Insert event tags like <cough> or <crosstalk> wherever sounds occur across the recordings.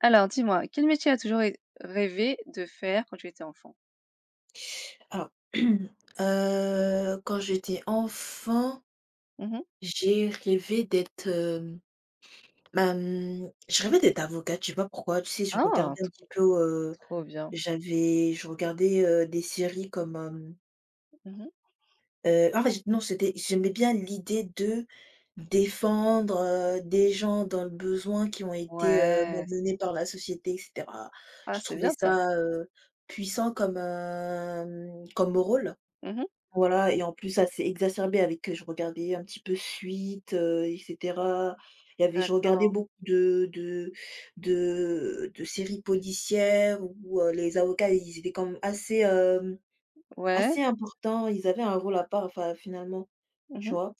Alors dis-moi, quel métier as-tu toujours rêvé de faire quand tu étais enfant? Alors, <clears throat> quand j'étais enfant, Mhm. j'ai rêvé d'être, hem, bah, mmh, je rêvais d'être avocate, je sais pas pourquoi. Tu sais, je Ah, regardais un petit peu, trop bien. j'avais je regardais, des séries comme, Mhm. En fait non, c'était j'aimais bien l'idée de défendre, des gens dans le besoin qui ont été, Ouais. Malmenés par la société et cetera. Ah, Je c'est trouvais bien ça. ça, puissant comme rôle. Mhm. Voilà, et en plus ça s'est exacerbé avec, que je regardais un petit peu suite et cetera. Il y avait je regardais D'accord. beaucoup de séries policières où, les avocats, ils étaient quand même Ouais. assez importants. Ils avaient un rôle à part, enfin, finalement, tu Mhm. vois?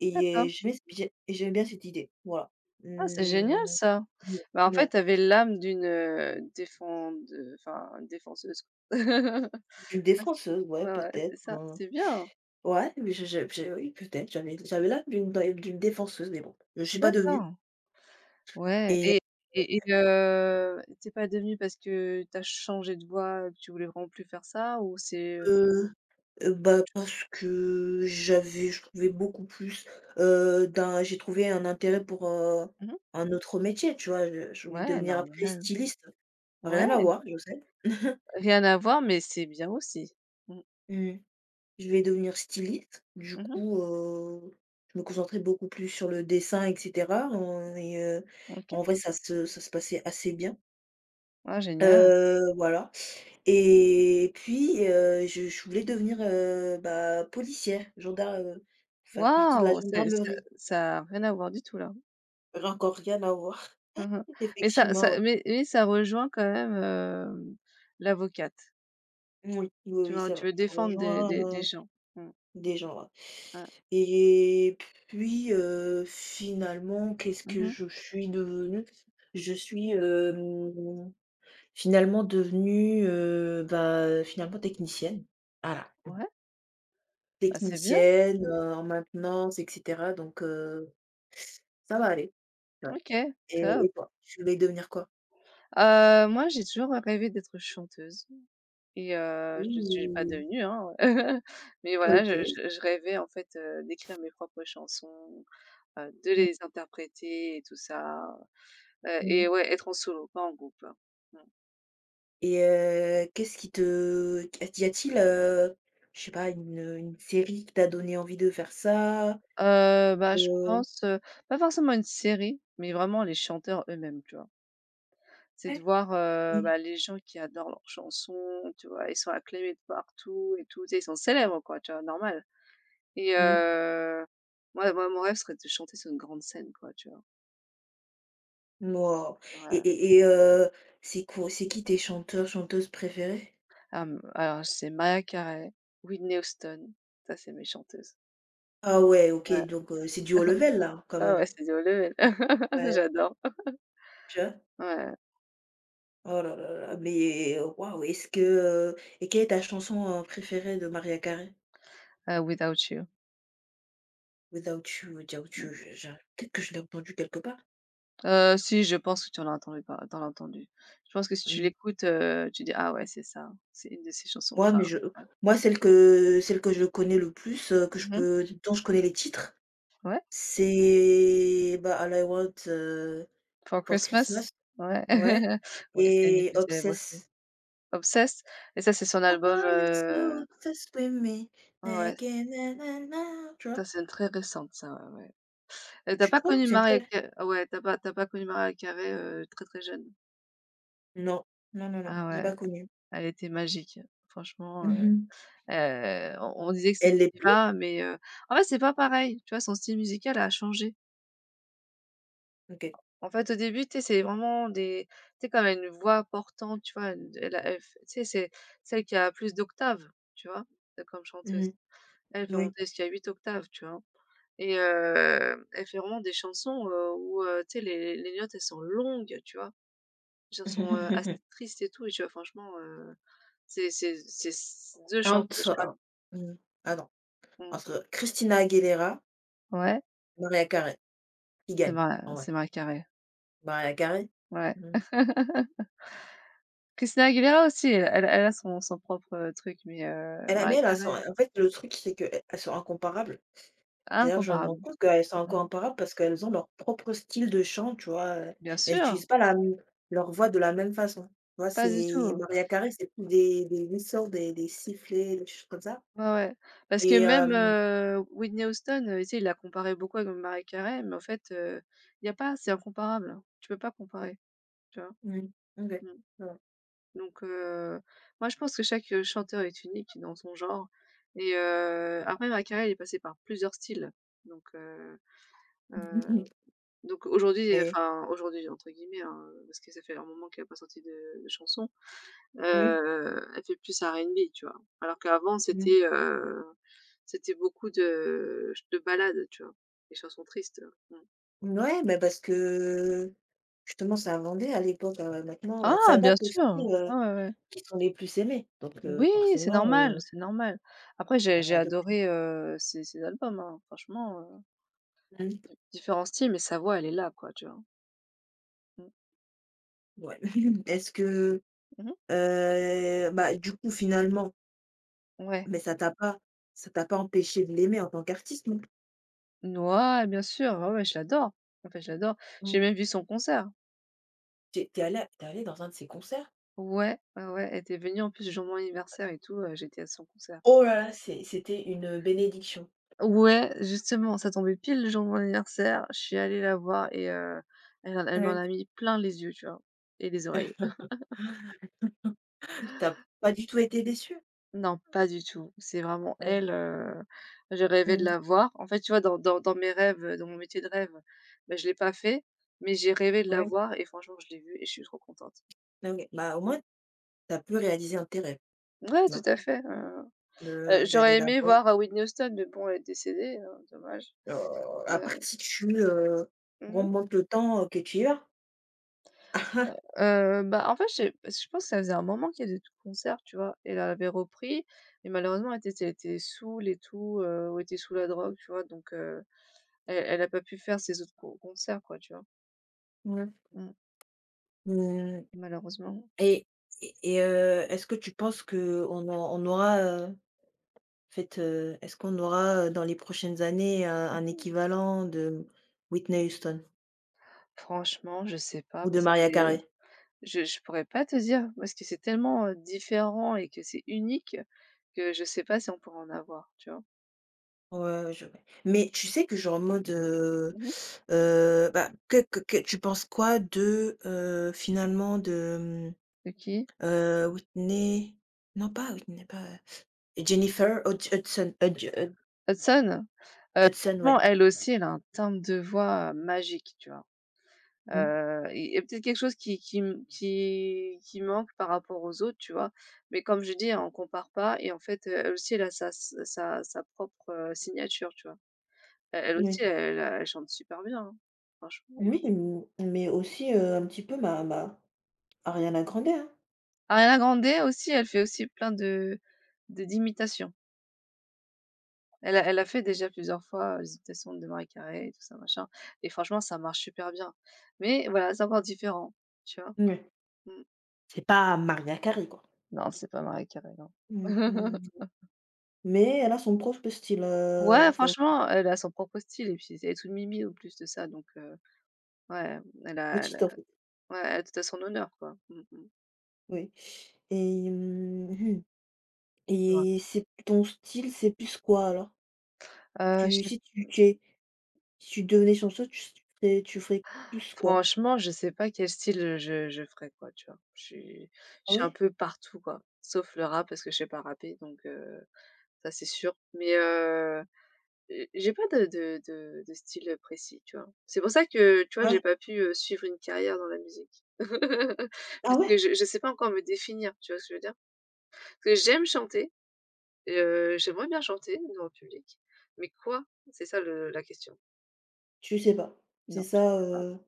Et D'accord. j'aimais ce j'ai et j'aimais bien cette idée, voilà. Ah, c'est génial Mmh, ça. mmh, Bah, en fait, ouais. tu avais l'âme d'une enfin, défenseuse. <laughs> D'une défenseuse, ouais, Ouais, ouais, c'est peut-être, ça. hein. C'est bien. Ouais, mais je oui, peut-être, j'avais l'âme d'une défenseuse, mais bon, je ne suis pas devenue. D'accord. Ouais. Et Et, t'es pas devenu parce que t'as changé de voie, que tu voulais vraiment plus faire ça, ou c'est... Heu bah, parce que j'avais je trouvais beaucoup plus, d'un j'ai trouvé un intérêt pour, Mhm. un autre métier, tu vois? Je voulais Ouais, devenir après normal. styliste. Rien à Ouais, voir, je sais. <laughs> rien à voir, mais c'est bien aussi. Mmh. Mmh. Je vais devenir styliste. Du Mmh, coup, je me concentrais beaucoup plus sur le dessin et cetera, OK. en vrai, ça se passait assez bien. Ah génial. Voilà. Et puis, je voulais devenir, bah, policière, gendarme, faire partie de la Waouh! C'est ça, gendarmerie. ça a rien à voir du tout là. J'ai Encore rien à voir. Mmh. <laughs> Mais ça Effectivement, ouais. ça mais ça rejoint quand même, l'avocate. Moui. Oui, Tu oui, veux c'est Tu vrai. veux Ça défendre des rejoint, des des heu, gens. Mmh. des gens, ouais. Ouais. Et puis, finalement, qu'est-ce que Mmh. je suis devenue? Je suis, finalement devenue, bah, finalement technicienne. Voilà. Ouais, bah, c'est bien. Technicienne, en maintenance et cetera, donc ça va aller. Ouais. OK, Et top. et toi? Tu voulais devenir quoi? Moi, j'ai toujours rêvé d'être chanteuse et Oui, je ne suis pas oui, devenue, hein. <laughs> Mais voilà, oui, oui. je OK. je je rêvais en fait, d'écrire mes propres chansons. De les interpréter et tout ça, Mmh et mh. ouais, être en solo, pas en groupe, hein. Mmh. Et qu'est-ce qui te qu y a-t-il, je sais pas, une série qui t'a donné envie de faire ça? Bah, je Heu pense, pas forcément une série, mais vraiment les chanteurs eux-mêmes, tu vois? C'est de Ouais. voir, Oui. bah, les gens qui adorent leurs chansons, tu vois? Ils sont acclamés de partout et tout, tu sais? Ils sont célèbres quoi, tu vois? Normal. Et Mmh. moi mon rêve serait de chanter sur une grande scène quoi, tu vois? Waouh. et Ouais. et et heu, c'est qui tes chanteurs, chanteuses préférés? Alors, c'est Mariah Carey, Whitney Houston, ça c'est mes chanteuses. Ah ouais, OK, Ouais, donc c'est du haut level là, quand ouais, même, ouais, hein? c'est du haut level. <laughs> Ouais, J'adore. tu vois? Ouais, Oh là là là, mais waouh, et quelle est ta chanson, préférée de Mariah Carey? Without You. Without You, Without Mmh. You, je peut-être que je l'ai entendu quelque part? Si je pense que tu en as entendu. Je pense que si tu Mmh, l'écoutes, tu dis: «Ah ouais, c'est ça, hein. C'est une de ses chansons moi, mais phares». je Ouais. moi, celle que je connais le plus, que je Mmh. peux, dont je connais les titres, Ouais. c'est, bah, All I Want, For for Christmas? Christmas, Ouais. ouais, <laughs> Ouais, c'est une des et plus célèbres aussi. Obsess. Obsessed? Et ça, c'est son I album, want you so obsessed with me, ouais, ouais, like a na na na, tu ça, vois? c'est une très récente ça, ouais, ouais. Et tu Tu pas trouves? connu C'est une très Mariah Ca ah ouais, t'as pas connu Mariah Carey, très, très jeune? Non, non, non, non, Ah j'ai ouais, pas connu. elle était magique, franchement. Mmh. On disait que c'est Elle une l'est plus? diva, mais en fait, c'est pas pareil, tu vois? Son style musical a changé. OK. En fait, au début, tu sais, c'est vraiment des tu sais, quand elle a une voix portante, tu vois? Elle a elle f tu sais, c'est celle qui a plus d'octaves, tu vois? Comme chanteuse. Mmh, Elle peut oui. monter jusqu'à 8 octaves, tu vois? Et elle fait vraiment des chansons, où, tu sais, les notes, elles sont longues, tu vois? Elles sont assez <laughs> tristes et tout et tu vois? Franchement, c'est c 2 Ah, chanteuses, tu ah vois? non. Mmh. Ah non. Mmh. Entre Christina Aguilera, Ouais, Mariah Carey, qui c'est gagne? En ma vrai, c'est ma Carey. Mariah Carey. Ouais. Mmh. <laughs> Christina Aguilera aussi, elle a son propre, truc, mais elle a mais Mariah elle a son Carey, En fait, le truc, c'est qu'elles sont incomparables. C'est-à-dire, que je me rends incomparable. compte qu'elles sont Mmh. incomparables parce qu'elles ont leur propre style de chant, tu vois? Bien Elles sûr, utilisent pas la m leur voix de la même façon. Tu vois? pas du C'est tout. Mariah Carey, c'est plus des whistles, des sifflets, des choses comme ça Ouais, ouais. Parce que et même, hem, Whitney Houston, tu sais, il la comparé beaucoup avec Mariah Carey, mais en fait, il y a pas c'est incomparable. Tu peux pas comparer, tu vois? mmh, OK. Mmh. Ouais. Donc moi je pense que chaque, chanteur est unique dans son genre et après Mariah Carey, elle est passée par plusieurs styles, donc heu, heu <laughs> Donc aujourd'hui, Mais enfin aujourd'hui entre guillemets, hein, parce que ça fait un moment qu'elle a pas sorti de chanson, oui. Elle fait plus R&B, tu vois? Alors qu'avant Mmh. c'était beaucoup de balades, tu vois? Des chansons tristes, mmh. Ouais, bah, parce que justement ça vendait à l'époque, maintenant, bah, Ah ça bien date aussi sûr! Ouais, styles, ouais, ouais. qui sont les plus aimés, donc Oui, c'est forcément, normal, c'est normal. Après j'ai elle j'ai va adopter des adoré, ses albums, hein, franchement, plantes, di différents styles, mais sa voix elle est là quoi, tu vois? Mmh. ouais. <laughs> Est-ce que, Mmh. Bah, du coup finalement, Ouais. mais ça t'a pas empêché de l'aimer en tant qu'artiste non plus? Noah, bien sûr, ouais, ouais, je l'adore. En fait, je l'adore. T'es J'ai même vu son concert. Tu es dans un de ses concerts? Ouais, ouais, ouais, elle était venue en plus le jour de mon anniversaire et tout, j'étais à son concert. Oh là là, c'était une bénédiction. Ouais, justement, ça tombait pile le jour de mon anniversaire, je suis allée la voir et elle m'en Ouais. a mis plein les yeux, tu vois? Et les oreilles. <laughs> Tu pas du tout été déçu. Non, pas du tout. C'est vraiment Bah, j'ai. elle, je rêvais de Mmh. la voir. En fait, tu vois, dans mes rêves, dans mon métier de rêve, bah, je l'ai pas fait, mais j'ai rêvé de la Ouais. voir et franchement, je l'ai vue et je suis trop contente. Ah ouais. Bah, au Mmh. moins tu as pu réaliser un de tes rêves, Ouais, non? tout à fait, De D'aller j'aurais aimé là-bas, voir, Whitney Houston, mais bon, elle est décédée, dommage. heu, après, Heu, si tu, mmh. remontes le temps, que tu y vas. <laughs> Bah, en fait, j'ai parce que je pense que ça faisait un moment qu'il y avait des concerts, tu vois? Et elle avait repris mais malheureusement, elle était tu sais, elle était saoule et tout, ou était sous la drogue, tu vois? Donc elle a pas pu faire ses autres concerts, quoi, tu vois? Ouais. Mmh, Mmh. malheureusement. Et et et heu, est-ce que tu penses qu'on au on aura, est-ce qu'on aura, dans les prochaines années, un Mmh. équivalent de Whitney Houston Franchement, je sais pas ou de parce que Maria les Carey? Je pourrais pas te dire parce que c'est tellement, différent et que c'est unique que je sais pas si on pourrait en avoir, tu vois? Ouais, je mais tu sais que, genre en mode, Mmh. Bah, que tu penses quoi de, finalement de, De qui? Heu, Whitney Whitney, pas Jennifer Hudge Hudson Hudge Hud Hudson? Hudson, ouais. Franchement, elle aussi, elle a un timbre de voix magique, tu vois? Mmh. Il y a peut-être quelque chose qui me qui manque par rapport aux autres, tu vois? Mais comme je dis, hein, on compare pas et en fait, elle aussi, elle a sa propre, signature, tu vois? E Elle aussi, Oui. Elle chante super bien, hein, franchement. Oui, mmh, mais aussi, un petit peu ma ma Ariana Grande, hein. Ariana Grande aussi, elle fait aussi plein de d'imitations. Elle a fait déjà plusieurs fois, les imitations de Mariah Carey et tout ça, machin, et franchement, ça marche super bien. Mais voilà, c'est encore différent, tu vois? Mouais. Mmh. C'est pas Maria Carey, quoi. Non, c'est pas Mariah Carey, non. Mmh mh. <laughs> Mais elle a son propre style, Ouais, enfin, franchement, elle a son propre style et puis elle est toute mimi en plus de ça donc ouais, elle a elle a petite, en fait, ouais, elle a tout à son honneur quoi. Mmh mh. oui. Et mmh mh. Tu vois? Et c'est ton style, c'est plus quoi, alors? Je Tu sais si tu tu es si tu devenais chanteuse, tu ferais plus quoi? Franchement, je sais pas quel style, je ferais quoi, tu vois? Je suis je Ah suis un ouais? peu partout quoi, sauf le rap parce que je sais pas rapper donc ça c'est sûr. Mais j'ai pas de style, précis, tu vois? C'est pour ça que, tu vois, Ouais. j'ai pas pu, suivre une carrière dans la musique. <laughs> Ah Parce que ouais? je sais pas encore me définir, tu vois ce que je veux dire? Parce que j'aime chanter. Et j'aimerais bien chanter devant le public, mais quoi? C'est ça le la question. Tu sais pas. Non, C'est je ça, sais pas. heu,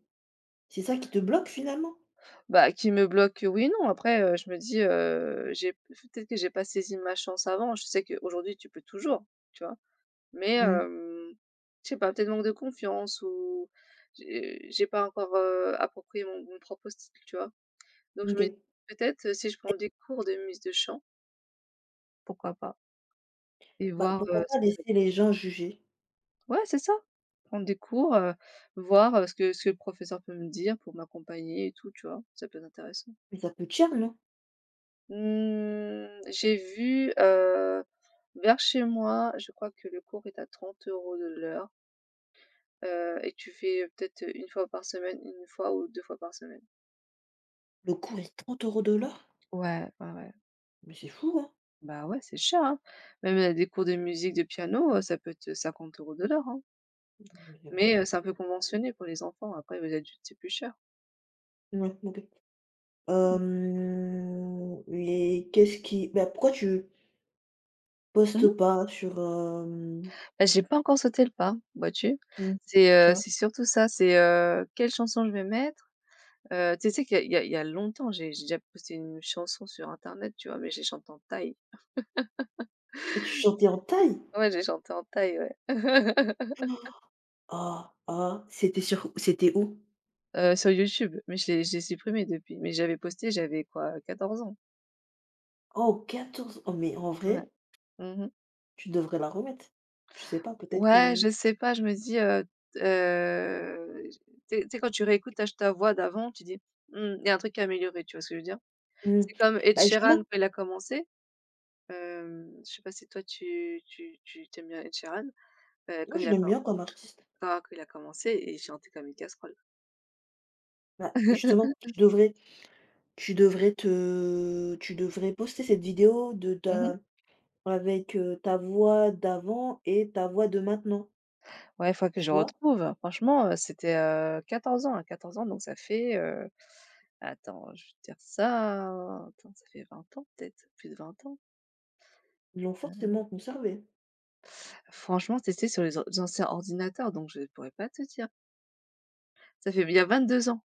c'est ça qui te bloque, finalement? Bah, qui me bloque, oui et non. Après, je me dis, j'ai peut-être que j'ai pas saisi ma chance avant. Je sais qu'aujourd'hui, tu peux toujours, tu vois? Mais Mmh. Je sais pas, peut-être manque de confiance ou j'ai pas encore, approprié mon propre style, tu vois? Donc je OK. me dis peut-être si je prends des cours de mise de chant, pourquoi pas? Et Bah, voir, pourquoi ce pas que ça laisser les gens juger? Ouais, c'est ça. Prendre des cours, voir, ce que le professeur peut me dire pour m'accompagner et tout, tu vois? Ça peut être intéressant. Mais ça peut être cher, non? Mmh, j'ai vu, vers chez moi, je crois que le cours est à 30 € de l'heure, et tu fais, peut-être, une fois par semaine, une fois ou 2 fois par semaine. Le cours est 30 euros de l'heure? Ouais, ouais, ouais. Mais c'est fou, hein? Bah, ouais, c'est cher, hein. Même, des cours de musique, de piano, ça peut être, 50 € de l'heure, hein. Mais, Mais, c'est un peu conventionné pour les enfants. Après, les adultes, c'est plus cher. ouais, OK. Hem Et qu'est-ce qui bah, pourquoi tu postes Mmh. pas sur, Bah, j'ai pas encore sauté le pas, vois-tu? mmh, C'est, tu heu, vois? c'est surtout ça, c'est, quelle chanson je vais mettre? Tu sais qu'il y a il y a il y a longtemps, j'ai déjà posté une chanson sur internet, tu vois? Mais j'ai chanté en thaï. Et tu chantais en taille? Ouais, j'ai chanté en thaï, ouais. <laughs> Ah! Ah! C'était où? Sur YouTube, mais je l'ai supprimée depuis, mais j'avais posté, j'avais quoi, 14 ans. Oh 14! Oh, mais en Ouais. vrai, Mmh. tu devrais la remettre. Tu sais pas, peut-être Ouais, que je sais pas, je me dis, t tu sais quand tu réécoutes ta voix d'avant, tu dis: «Mmh, il y a un truc à améliorer», tu vois ce que je veux dire? mmh, C'est comme Ed bah, Sheeran justement, quand il a commencé. Je sais pas si toi tu aimes bien Ed Sheeran? Heu, quand moi je il a l'aime com bien comme artiste. quand il a commencé, et chantait comme une casserole. Bah, justement, <laughs> tu devrais. Tu devrais te Tu devrais poster cette vidéo de Mmh ouais. ta avec, ta voix d'avant et ta voix de maintenant, Ouais, faut que je tu vois? retrouve. Franchement, c'était, 14 ans, à 14 ans, donc ça fait, attends, je vais te dire ça, attends, ça fait 20 ans peut-être, plus de 20 ans? Ils l'ont Heu, forcément conservée, Franchement, c'était sur les anciens ordinateurs, donc je ne pourrais pas te dire. Ça fait il y a 22 ans.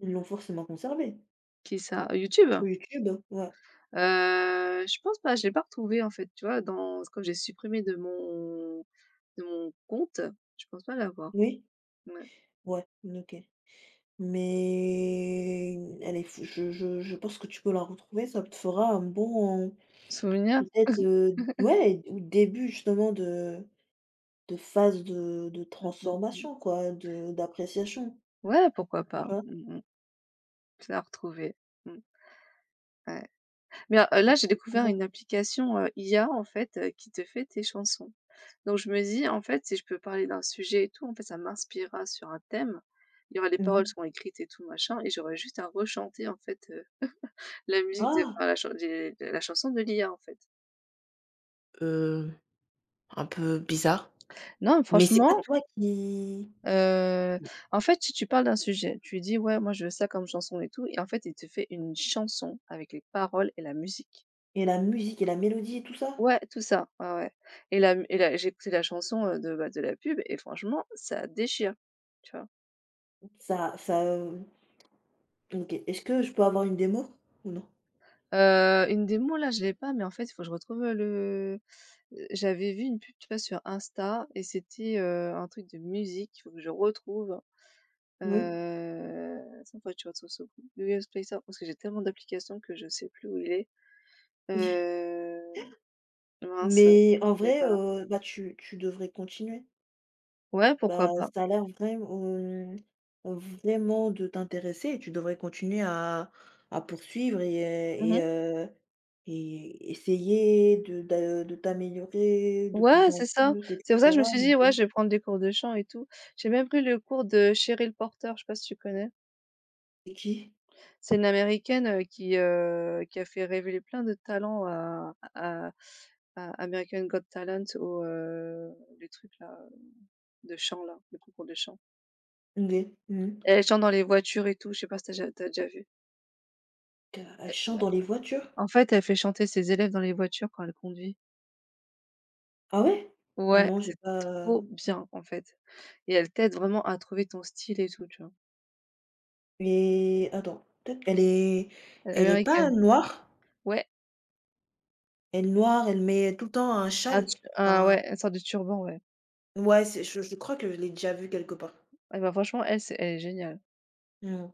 ils l'ont forcément conservée. Qui ça? YouTube? Sur YouTube, ouais. Je pense pas, je l'ai pas retrouvé en fait, tu vois? Dans Quand j'ai supprimé de mon compte, je pense pas l'avoir. Oui? Ouais. Ouais, mmh, OK. Mais elle est fou, je pense que tu peux la retrouver, ça te fera un bon. Souvenir? Peut-être, <laughs> ouais, ou début justement de phase de Mmh, mmh, mmh. transformation quoi, de d'appréciation, Ouais, pourquoi tu pas? vois? Mmh mh. Je la retrouver. Mmh, ouais. Mais là, j'ai découvert une application, IA, en fait, qui te fait tes chansons. Donc je me dis, en fait, si je peux parler d'un sujet et tout, en fait, ça m'inspirera sur un thème. Il y aura les Mmh. paroles seront écrites et tout machin et j'aurai juste à rechanter, en fait, la musique de Ah! enfin la chanson de l'IA, en fait. Heu, un peu bizarre. Non, Mais c'est pas franchement, toi qui, Heu, en fait, si tu parles d'un sujet, tu lui dis: «Ouais, moi, je veux ça comme chanson et tout» et en fait, il te fait une chanson avec les paroles et la musique. et la musique, et la mélodie et tout ça? Ouais, tout ça, ouais, ouais et la j'ai écouté la chanson, de, bah, de la pub et franchement, ça déchire, tu vois? Ça ça, heu, OK. Est-ce que je peux avoir une démo? Ou non? Une démo là, je l'ai pas, mais en fait, il faut que je retrouve, le heu, j'avais vu une pub, tu vois, sur Insta et c'était, un truc de musique, il faut que je retrouve, Oui. Attends, faut que je retrouve ce Google Play Store parce que j'ai tellement d'applications que je sais plus où il est. <laughs> Heu, Mince, Mais en j'ai vrai, pas là. Bah, tu devrais continuer. Ouais, pourquoi Bah, pas. ça a l'air vraiment de t'intéresser, et tu devrais continuer à poursuivre Mmh mh. Et essayer de t'améliorer de Ouais, plus en c'est ça. plus et C'est pour ça que je me cetera, suis donc dit: «Ouais, je vais prendre des cours de chant et tout». J'ai même pris le cours de Cheryl Porter, je sais pas si tu connais? c'est qui? C'est une américaine, qui a fait révéler plein de talents à American Got Talent au, le truc là, de chant là, le concours de chant. OK. Mmh mh. Elle chante dans les voitures et tout, je sais pas si tu as déjà vu? Elle Elle chante dans les voitures? En fait, elle fait chanter ses élèves dans les voitures quand elle conduit. Ah ouais? Ouais, Non, j'ai c'est pas. euh, trop bien, en fait, et elle t'aide vraiment à trouver ton style et tout, tu vois? mais attends, peut-être Elle est elle est pas américaine. noire? Ouais, Elle est noire, elle met tout le temps un un châle. tu un Enfin, ouais, une sorte de turban, ouais. ouais, c'est je crois que je l'ai déjà vue quelque part. Ah bah, franchement, elle, c'est elle est géniale. Mmh.